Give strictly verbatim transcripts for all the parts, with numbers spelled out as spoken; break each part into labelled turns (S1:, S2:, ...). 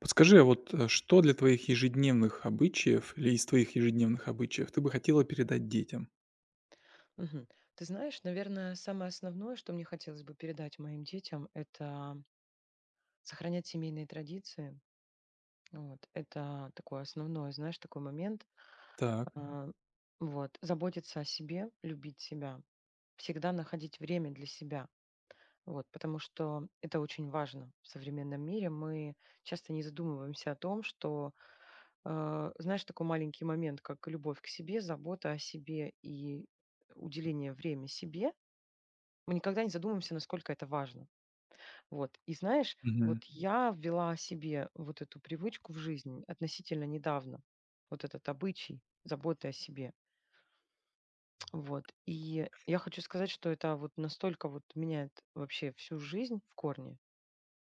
S1: Подскажи, а вот, э, что для твоих ежедневных обычаев или из твоих ежедневных обычаев ты бы хотела передать детям?
S2: Мгм. Ты знаешь, наверное, самое основное, что мне хотелось бы передать моим детям, это сохранять семейные традиции. Вот. Это такое основное, знаешь, такой момент.
S1: Так.
S2: А, Вот. Заботиться о себе, любить себя. Всегда находить время для себя. Вот. Потому что это очень важно в современном мире. Мы часто не задумываемся о том, что, э, знаешь, такой маленький момент, как любовь к себе, забота о себе и уделение времени себе. Мы никогда не задумываемся, насколько это важно. Вот. И знаешь,
S1: Мгм.
S2: вот я ввела себе вот эту привычку в жизнь относительно недавно, вот этот обычай заботы о себе. Вот. И я хочу сказать, что это вот настолько вот меняет вообще всю жизнь в корне.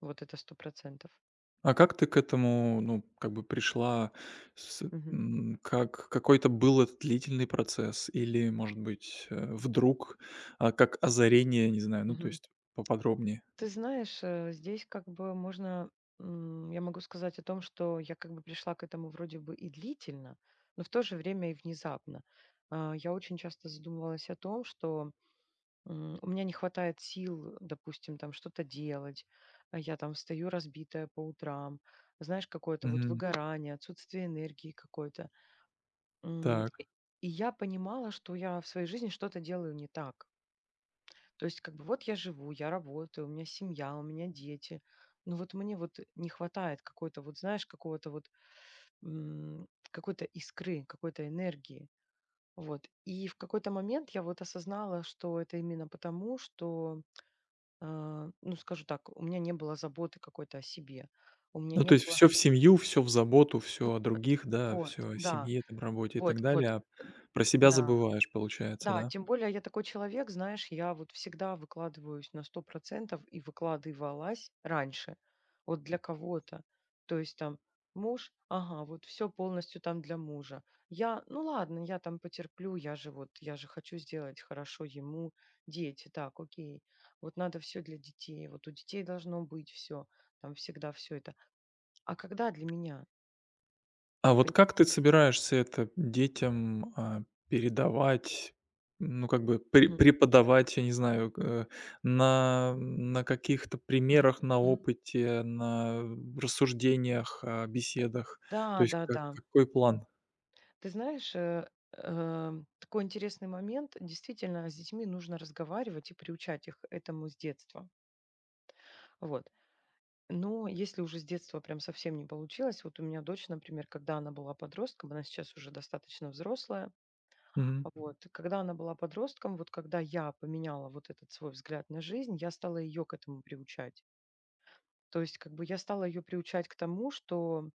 S2: Вот это сто процентов.
S1: А как ты к этому, ну, как бы пришла? С
S2: Мгм.
S1: м, как какой-то был этот длительный процесс или, может быть, э, вдруг, а, как озарение, не знаю, ну, то
S2: Мгм.
S1: есть поподробнее?
S2: Ты знаешь, э, здесь как бы можно, м, я могу сказать о том, что я как бы пришла к этому вроде бы и длительно, но в то же время и внезапно. А, Я очень часто задумывалась о том, что м, у меня не хватает сил, допустим, там что-то делать. а Я там встаю разбитая по утрам, знаешь, какое-то вот
S1: Мгм.
S2: выгорание, отсутствие энергии какой-то. М,
S1: Так.
S2: И я понимала, что я в своей жизни что-то делаю не так. То есть как бы вот я живу, я работаю, у меня семья, у меня дети. Но вот мне вот не хватает какой-то вот, знаешь, какого-то вот м, какой-то искры, какой-то энергии. Вот. И в какой-то момент я вот осознала, что это именно потому, что, а, ну, скажу так, у меня не было заботы какой-то о себе. У меня
S1: Ну,
S2: не
S1: то есть
S2: было...
S1: все в семью, все в заботу, все о
S2: Вот,
S1: других, да,
S2: вот,
S1: все о
S2: да,
S1: семье, там, работе и так
S2: вот,
S1: далее,
S2: вот,
S1: а про себя
S2: да.
S1: забываешь, получается,
S2: Да,
S1: да?
S2: тем более я такой человек, знаешь, я вот всегда выкладываюсь на сто процентов и выкладывалась раньше. Вот для кого-то. То есть там муж, ага, вот все полностью там для мужа. Я, ну ладно, я там потерплю, я же вот, я же хочу сделать хорошо ему, дети, так, окей. Вот надо все для детей, вот у детей должно быть все, там всегда все это. А когда для меня?
S1: А вот
S2: Пони-
S1: как ты собираешься это детям, а, передавать, ну, как бы пре
S2: Мгм.
S1: преподавать, я не знаю, э, на на каких-то
S2: Мгм.
S1: примерах, на
S2: Мгм.
S1: опыте, на рассуждениях, а, беседах?
S2: Да,
S1: То есть
S2: да,
S1: как
S2: да.
S1: какой план?
S2: Ты знаешь, э, э, такой интересный момент. Действительно, с детьми нужно разговаривать и приучать их этому с детства. Вот. Но если уже с детства прям совсем не получилось, вот у меня дочь, например, когда она была подростком, она сейчас уже достаточно взрослая, а вот, и когда она была подростком, вот когда я поменяла вот этот свой взгляд на жизнь, я стала ее к этому приучать. То есть, как бы я стала ее приучать к тому, что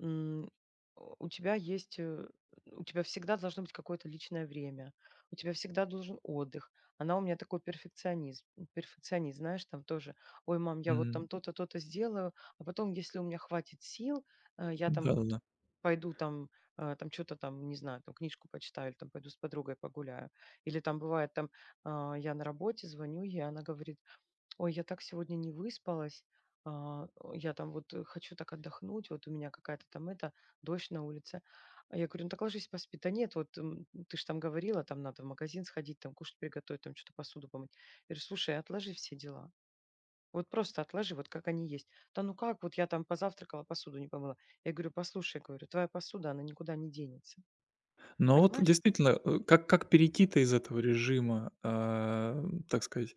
S2: М, о, у тебя есть, э, у тебя всегда должно быть какое-то личное время, у тебя всегда должен отдых. Она у меня такой перфекционизм, перфекционист, знаешь, там тоже, ой, мам, я вот там то-то, то-то сделаю, а потом, если у меня хватит сил, э, я там вот
S1: Да.
S2: пойду там, э, там что-то там, не знаю, там книжку почитаю, или там пойду с подругой погуляю. Или там бывает там, а, я на работе звоню ей, она говорит, ой, я так сегодня не выспалась. а, о, Я там вот э, хочу так отдохнуть, вот у меня какая-то там это, дождь на улице. А я говорю, ну так ложись поспи. Да нет, вот м, ты же там говорила, там надо в магазин сходить, там кушать приготовить, там что-то посуду помыть. Я говорю, слушай, отложи все дела. Вот просто отложи, вот как они есть. Да ну как, вот я там позавтракала, посуду не помыла. Я говорю, послушай, говорю, твоя посуда, она никуда не денется.
S1: Но вот
S2: Понимаешь?
S1: действительно, э, как как перейти-то из этого режима, а, так сказать,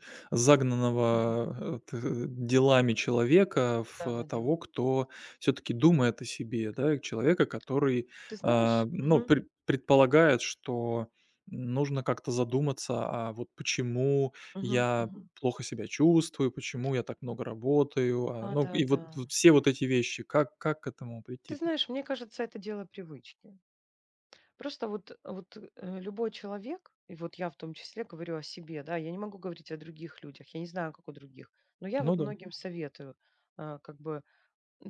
S2: Мгм.
S1: загнанного, э, т делами человека
S2: Да,
S1: в
S2: да, да.
S1: того, кто все таки думает о себе, да, человека, который,
S2: Ты
S1: а,
S2: знаешь?
S1: ну,
S2: Мгм.
S1: пре предполагает, что нужно как-то задуматься, а вот почему
S2: Мгм.
S1: я
S2: Мгм.
S1: плохо себя чувствую, почему я так много работаю, а,
S2: А,
S1: ну,
S2: да,
S1: и
S2: да.
S1: вот вот все вот эти вещи. Как как к этому
S2: Ты
S1: прийти-то?
S2: знаешь, мне кажется, это дело привычки. Просто вот, вот э, любой человек, и вот я в том числе говорю о себе, да, я не могу говорить о других людях, я не знаю, как у других, но я
S1: Ну
S2: вот
S1: да,
S2: многим советую а, как бы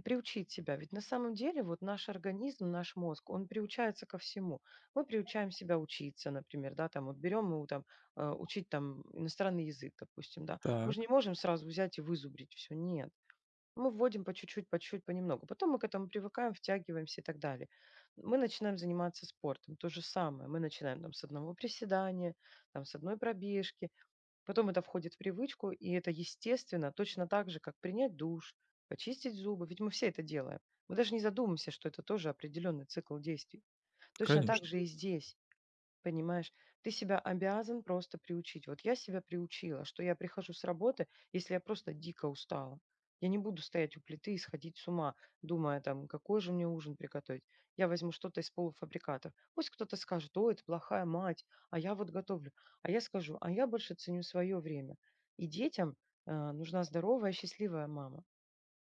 S2: приучить себя. Ведь на самом деле вот наш организм, наш мозг, он приучается ко всему. Мы приучаем себя учиться, например, да, там вот берем мы там э, учить там иностранный язык, допустим, да. Мы же
S1: так,
S2: не можем сразу взять и вызубрить все, нет. Мы вводим по чуть-чуть, по чуть-чуть, понемногу. Потом мы к этому привыкаем, втягиваемся и так далее. Мы начинаем заниматься спортом. То же самое. Мы начинаем там с одного приседания, там с одной пробежки. Потом это входит в привычку, и это естественно, точно так же, как принять душ, почистить зубы. Ведь мы все это делаем. Мы даже не задумываемся, что это тоже определенный цикл действий. Точно так
S1: конечно.
S2: же и здесь. Понимаешь, ты себя обязан просто приучить. Вот я себя приучила, что я прихожу с работы, если я просто дико устала. Я не буду стоять у плиты и сходить с ума, думая там, какой же мне ужин приготовить. Я возьму что-то из полуфабрикатов. Пусть кто-то скажет, о, это плохая мать, а я вот готовлю. А я скажу, а я больше ценю свое время. И детям э, нужна здоровая, счастливая мама.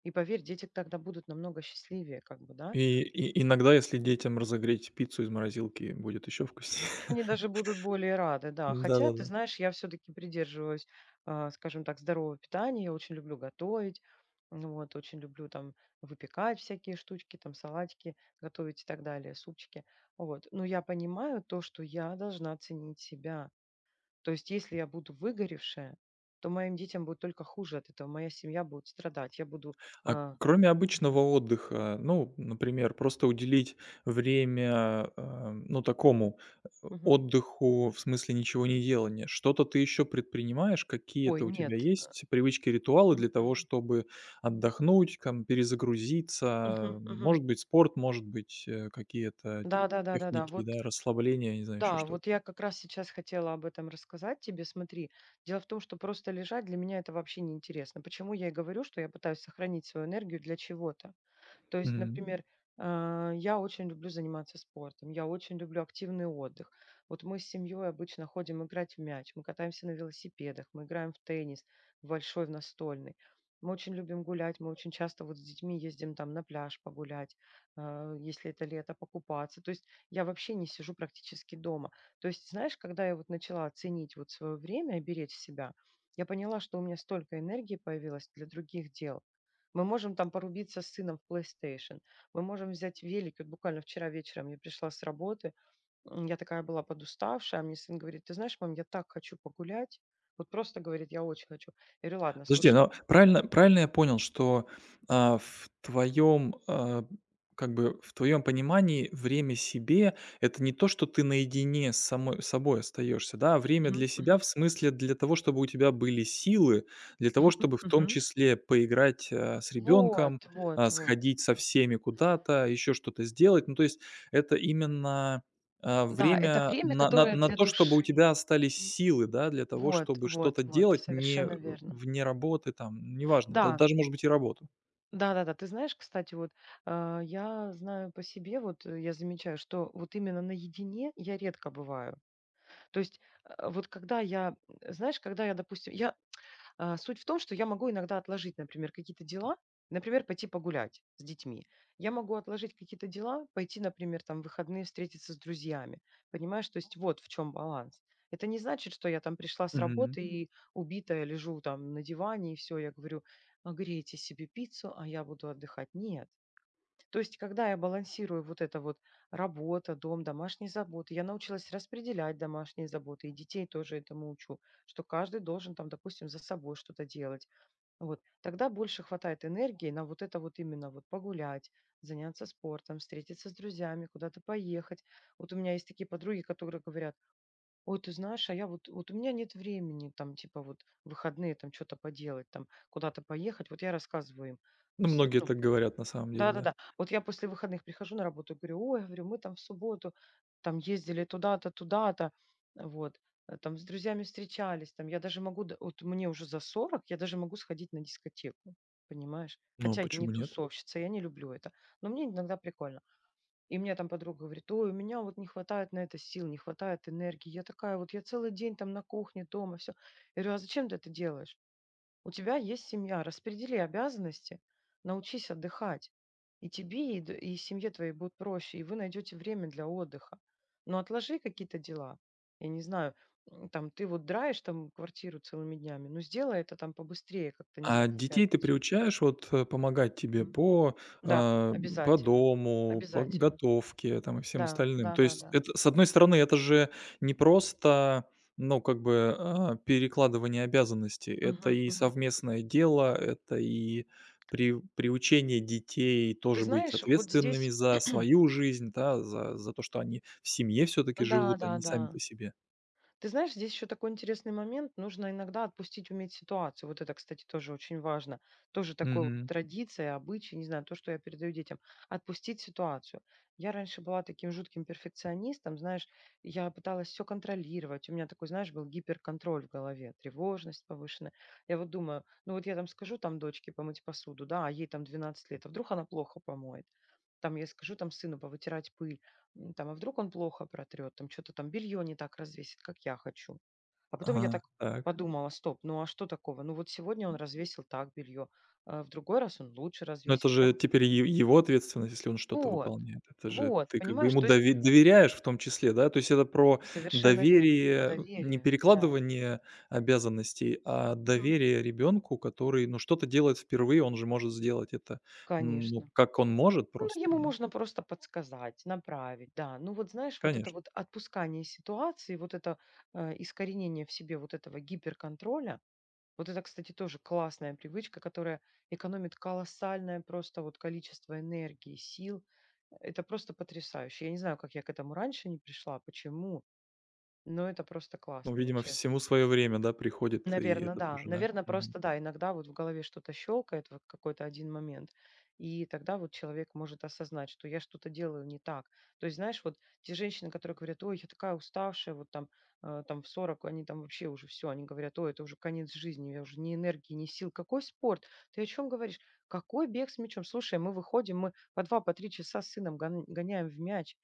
S2: И поверь, дети тогда будут намного счастливее, как бы, да.
S1: И и иногда, если детям разогреть пиццу из морозилки, будет еще вкуснее.
S2: Они даже будут более рады, да. Хотя, ты
S1: Да-да-да.
S2: знаешь, я все-таки придерживаюсь, а, скажем так, здорового питания. Я очень люблю готовить, ну вот, очень люблю там выпекать всякие штучки, там салатики готовить и так далее, супчики. Вот. Но я понимаю то, что я должна ценить себя. То есть, если я буду выгоревшая, то моим детям будет только хуже от этого. Моя семья будет страдать. Я буду...
S1: А
S2: а,
S1: кроме обычного отдыха, ну, например, просто уделить время, э, ну, такому, э,
S2: Мгм.
S1: отдыху, в смысле ничего не делания. Что-то ты еще предпринимаешь?
S2: Ой,
S1: Какие-то у тебя
S2: нет.
S1: есть привычки, ритуалы
S2: Мгм,
S1: для того,
S2: мгм,
S1: чтобы отдохнуть, там, перезагрузиться?
S2: мгм, мгм.
S1: Может быть, спорт, может быть, э, какие-то
S2: Да, да, да, да, да.
S1: техники,
S2: Вот.
S1: да, расслабления, не знаю, еще
S2: Да,
S1: что-то.
S2: вот я как раз сейчас хотела об этом рассказать тебе. Смотри, дело в том, что просто лежать для меня это вообще неинтересно. Почему я и говорю, что я пытаюсь сохранить свою энергию для чего-то. То есть, например, а, я очень люблю заниматься спортом, я очень люблю активный отдых. Вот мы с семьей обычно ходим играть в мяч, мы катаемся на велосипедах, мы играем в теннис, в большой, в настольный. Мы очень любим гулять, мы очень часто вот с детьми ездим там на пляж погулять, а, если это лето, покупаться. То есть я вообще не сижу практически дома. То есть, знаешь, когда я вот начала ценить вот свое время и беречь себя, я поняла, что у меня столько энергии появилось для других дел, мы можем там порубиться с сыном в плейстейшн. Мы можем взять велик. Вот буквально вчера вечером я пришла с работы. м, Я такая была подуставшая. а Мне сын говорит, ты знаешь, мам, я так хочу погулять. Вот просто говорит, я очень хочу. Я говорю, ладно,
S1: Подожди,
S2: слушай.
S1: но правильно правильно я понял, что, а, в твоем, а, как бы в твоем понимании время себе — это не то, что ты наедине с самой собой остаешься, да, а время
S2: Мгм,
S1: для себя
S2: мгм,
S1: в смысле для того, чтобы у тебя были силы, для того,
S2: мгм,
S1: чтобы в том
S2: мгм.
S1: числе поиграть, а, с
S2: Вот,
S1: ребенком, а,
S2: вот, вот.
S1: сходить со всеми куда-то, еще что-то сделать. Ну, то есть это именно а,
S2: Да, это
S1: время
S2: время,
S1: на на
S2: которое
S1: на
S2: для
S1: то, чтобы у
S2: души.
S1: тебя остались силы, да, для того,
S2: Вот,
S1: чтобы
S2: вот,
S1: что-то
S2: вот,
S1: делать не
S2: совершенно
S1: в
S2: верно.
S1: вне работы, там, неважно, да
S2: Да,
S1: даже, может быть, и работу.
S2: да, да, да. Ты знаешь, кстати, вот а, я знаю по себе, вот э, я замечаю, что вот именно наедине я редко бываю. То есть, э, вот когда я, э, знаешь, когда я, допустим, я а, суть в том, что я могу иногда отложить, например, какие-то дела, например, пойти погулять с детьми. Я могу отложить какие-то дела, пойти, например, там в выходные встретиться с друзьями. Понимаешь, то есть вот в чем баланс. Это не значит, что я там пришла с
S1: Мгм.
S2: работы и убитая лежу там на диване, и все, я говорю: «А, грейте себе пиццу, а я буду отдыхать». Нет. То есть, когда я балансирую вот это вот работа, дом, домашние заботы, я научилась распределять домашние заботы, и детей тоже этому учу, что каждый должен там, допустим, за собой что-то делать. Вот. Тогда больше хватает энергии на вот это вот именно вот погулять, заняться спортом, встретиться с друзьями, куда-то поехать. Вот у меня есть такие подруги, которые говорят, ой, ты знаешь, а я вот, вот у меня нет времени там, типа вот в выходные там что-то поделать, там куда-то поехать. Вот я рассказываю им,
S1: Ну,
S2: после,
S1: многие
S2: ну,
S1: так говорят на самом деле, да.
S2: да-да-да. Вот я после выходных прихожу на работу и говорю: "Ой, говорю, мы там в субботу там ездили туда-то, туда-то, вот, э, там с друзьями встречались, там я даже могу, д вот мне уже за сорок, я даже могу сходить на дискотеку, понимаешь?
S1: Ну,
S2: Хотя я не
S1: почему нет?
S2: тусовщица, я не люблю это, но мне иногда прикольно". И мне там подруга говорит: "Ой, у меня вот не хватает на это сил, не хватает энергии". Я такая вот, я целый день там на кухне, дома, все. Я говорю: "А зачем ты это делаешь? У тебя есть семья, распредели обязанности, научись отдыхать. И тебе, и, д- и семье твоей будет проще, и вы найдете время для отдыха. Но отложи какие-то дела. Я не знаю, м, там ты вот драешь там квартиру целыми днями, но сделай это там побыстрее, как-то, не
S1: А
S2: знаю, в
S1: детей ты
S2: пятницу".
S1: приучаешь вот, э, помогать тебе
S2: Мгм.
S1: по,
S2: Да,
S1: а, по
S2: обязательно.
S1: дому, по
S2: Обязательно.
S1: готовке там и всем
S2: Да,
S1: остальным?
S2: да,
S1: То
S2: да,
S1: есть
S2: да.
S1: это, с одной стороны, это же не просто, ну, как бы, а, перекладывание обязанностей, это
S2: Мгм,
S1: и
S2: мгм.
S1: совместное дело, это и при приучение детей
S2: Ты
S1: тоже быть
S2: знаешь, вот
S1: ответственными
S2: здесь,
S1: за свою жизнь, да, за за то, что они в семье все таки
S2: да,
S1: живут,
S2: да,
S1: они
S2: да.
S1: сами по себе.
S2: Ты знаешь, здесь еще такой интересный момент. Нужно иногда отпустить, уметь ситуацию. Вот это, кстати, тоже очень важно. Тоже такой вот
S1: Мгм.
S2: традиция, обычай, не знаю, то, что я передаю детям. Отпустить ситуацию. Я раньше была таким жутким перфекционистом, знаешь, я пыталась все контролировать. У меня такой, знаешь, был гиперконтроль в голове, тревожность повышенная. Я вот думаю, ну вот я там скажу там дочке помыть посуду, да, а ей там двенадцать лет, а вдруг она плохо помоет. Там я скажу там сыну повытирать пыль. М, там, а вдруг он плохо протрет, там что-то там белье не так развесит, как я хочу. А потом я
S1: Ага,
S2: так
S1: так.
S2: подумала, стоп, ну а что такого? Ну вот сегодня он развесил так белье, а в другой раз он лучше
S1: Но это
S2: развесит. Я
S1: же
S2: м-
S1: теперь е его ответственность, если он что-то
S2: Вот,
S1: выполняет. Это же
S2: вот,
S1: ты как бы
S2: понимаешь,
S1: ему
S2: то есть
S1: дове доверяешь в том числе, да? То есть это про
S2: совершенно верно, про
S1: доверие, не
S2: доверие, да.
S1: перекладывание обязанностей, а
S2: Мгм.
S1: доверие ребенку, который, ну, что-то делает впервые, он же может сделать это, м, ну,
S2: Конечно.
S1: как он может
S2: Ну,
S1: просто,
S2: ему
S1: да?
S2: можно просто подсказать, направить, да. Ну вот знаешь, вот это
S1: Конечно.
S2: вот отпускание ситуации, вот это э, искоренение в себе вот этого гиперконтроля. Вот это, кстати, тоже классная привычка, которая экономит колоссальное просто вот количество энергии, сил. Это просто потрясающе. Я не знаю, как я к этому раньше не пришла, почему, но это просто
S1: Ну,
S2: классно, вот
S1: видимо, всему
S2: честно.
S1: свое время, да, приходит и
S2: Наверное,
S1: это
S2: да.
S1: тоже, да?
S2: Наверное,
S1: Мгм.
S2: просто да, иногда вот в голове что-то щелкает, вот какой-то один момент, и тогда вот человек может осознать, что я что-то делаю не так. То есть, знаешь, вот те женщины, которые говорят: "Ой, я такая уставшая", вот там, э, там в сорок, они там вообще уже все, они говорят: "Ой, это уже конец жизни, у меня уже ни энергии, ни сил". Какой спорт? Ты о чем говоришь? Какой бег с мячом? Слушай, мы выходим, мы по два по три часа с сыном гон гоняем в мяч.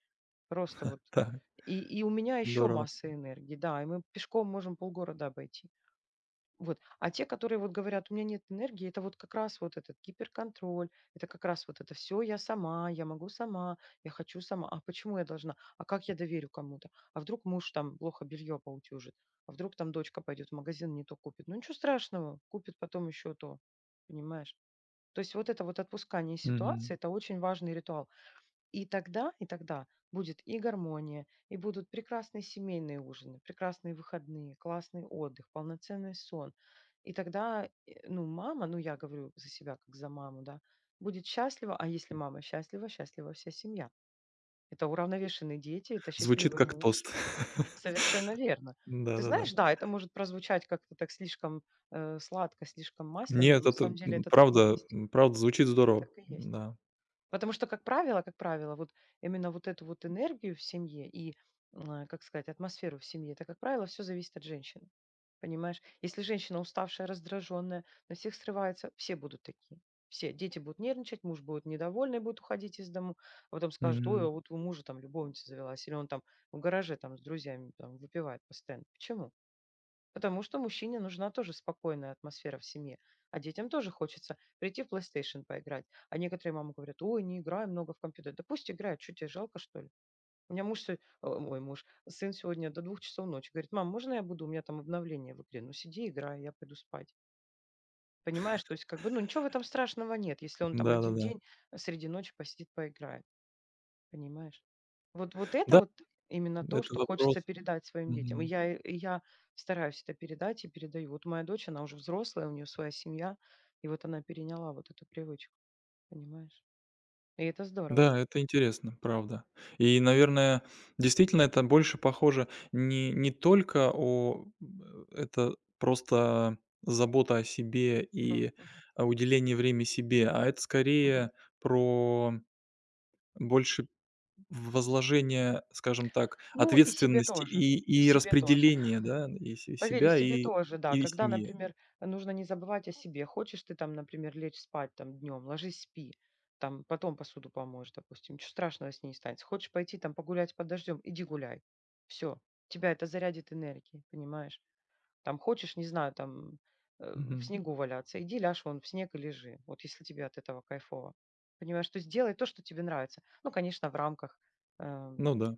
S2: Просто вот.
S1: Так,
S2: И и у меня еще
S1: здорово.
S2: масса энергии, да, и мы пешком можем полгорода обойти. Вот. А те, которые вот говорят, у меня нет энергии, это вот как раз вот этот гиперконтроль, это как раз вот это все я сама, я могу сама, я хочу сама. А почему я должна? А как я доверю кому-то? А вдруг муж там плохо белье поутюжит? А вдруг там дочка пойдет в магазин, не то купит? Ну ничего страшного, купит потом еще то, понимаешь? То есть вот это вот отпускание
S1: Мгм.
S2: ситуации, это очень важный ритуал. И тогда, и тогда будет и гармония, и будут прекрасные семейные ужины, прекрасные выходные, классный отдых, полноценный сон. И тогда, э, ну, мама, ну, я говорю за себя, как за маму, да, будет счастлива, а если мама счастлива, счастлива вся семья. Это уравновешенные дети, это
S1: Звучит
S2: счастливый Мгм.
S1: как
S2: Муж.
S1: тост.
S2: Совершенно верно. Ты
S1: Да-да-да.
S2: знаешь, да, это может прозвучать как-то так слишком э, сладко, слишком масляно, но
S1: Нет,
S2: на
S1: это,
S2: самом деле
S1: м,
S2: это так и
S1: правда,
S2: есть.
S1: м, правда звучит здорово.
S2: Так и есть.
S1: Да.
S2: Потому что, как правило, как правило, вот именно вот эту вот энергию в семье и, м, как сказать, атмосферу в семье, это, как правило, все зависит от женщины. Понимаешь? Если женщина уставшая, раздраженная, на всех срывается, все будут такие. Все. Дети будут нервничать, муж будет недовольный, будет уходить из дому. А потом скажет, ой, а
S1: Мгм.
S2: вот у мужа там любовница завелась, или он там в гараже там с друзьями там выпивает постоянно. Почему? Потому что мужчине нужна тоже спокойная атмосфера в семье. А детям тоже хочется прийти в PlayStation поиграть. А некоторые мамы говорят, ой, не играй много в компьютер. Да пусть играет, что тебе жалко, что ли? У меня муж, сё- о, мой муж, сын сегодня до двух часов ночи говорит, мам, можно я буду, у меня там обновление в игре? Ну сиди, играй, я пойду спать. Понимаешь, то есть как бы, ну ничего в этом страшного нет, если он там один Мгм.
S1: Да-да-да.
S2: День э, среди ночи посидит, поиграет. Понимаешь? Вот вот это
S1: Да,
S2: вот именно то,
S1: это
S2: что хочется
S1: вопрос.
S2: передать своим детям. И
S1: Мгм.
S2: я и я стараюсь это передать и передаю. Вот моя дочь, она уже взрослая, у нее своя семья, и вот она переняла вот эту привычку, понимаешь? И это здорово.
S1: Да, это интересно, правда. И, наверное, действительно, это больше похоже не не только о б это просто забота о себе
S2: Мгм,
S1: и,
S2: мгм,
S1: а, уделение времени себе, а это
S2: мгм.
S1: скорее про больше возложение, скажем так,
S2: Ну, и себе
S1: ответственности
S2: тоже,
S1: и
S2: и
S1: и
S2: себе тоже.
S1: распределение, да, и се
S2: Поверь, и
S1: себя,
S2: себе
S1: и
S2: тоже, да.
S1: и
S2: Когда,
S1: семьи.
S2: например, нужно не забывать о себе. Хочешь ты там, например, лечь спать там днем, ложись, спи. Там потом посуду помоешь, допустим. Ничего страшного с ней не станет. Хочешь пойти там погулять под дождем, иди гуляй. Все. Тебя это зарядит энергией, понимаешь? Там хочешь, не знаю, там э, в
S1: Мгм.
S2: снегу валяться, иди ляжь вон в снег и лежи. Вот если тебе от этого кайфово. Понимаешь, то есть делай то, что тебе нравится. Ну, конечно, в рамках эм,
S1: Ну да.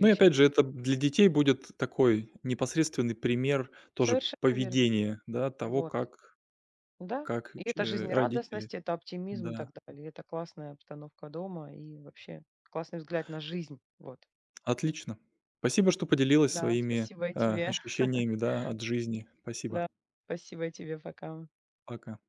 S1: Ну и опять же, это для детей будет такой непосредственный пример тоже
S2: Совершенно верно.
S1: поведения, да, того,
S2: Вот.
S1: как
S2: Да,
S1: как
S2: и это
S1: ч родители.
S2: жизнерадостность, это оптимизм и так
S1: Да.
S2: далее. Это классная обстановка дома и вообще классный взгляд на жизнь. Вот.
S1: Отлично. Спасибо, что поделилась
S2: Да,
S1: своими,
S2: спасибо и
S1: э,
S2: тебе.
S1: ощущениями, да, от жизни. Спасибо.
S2: Да, спасибо и тебе. Пока.
S1: Пока.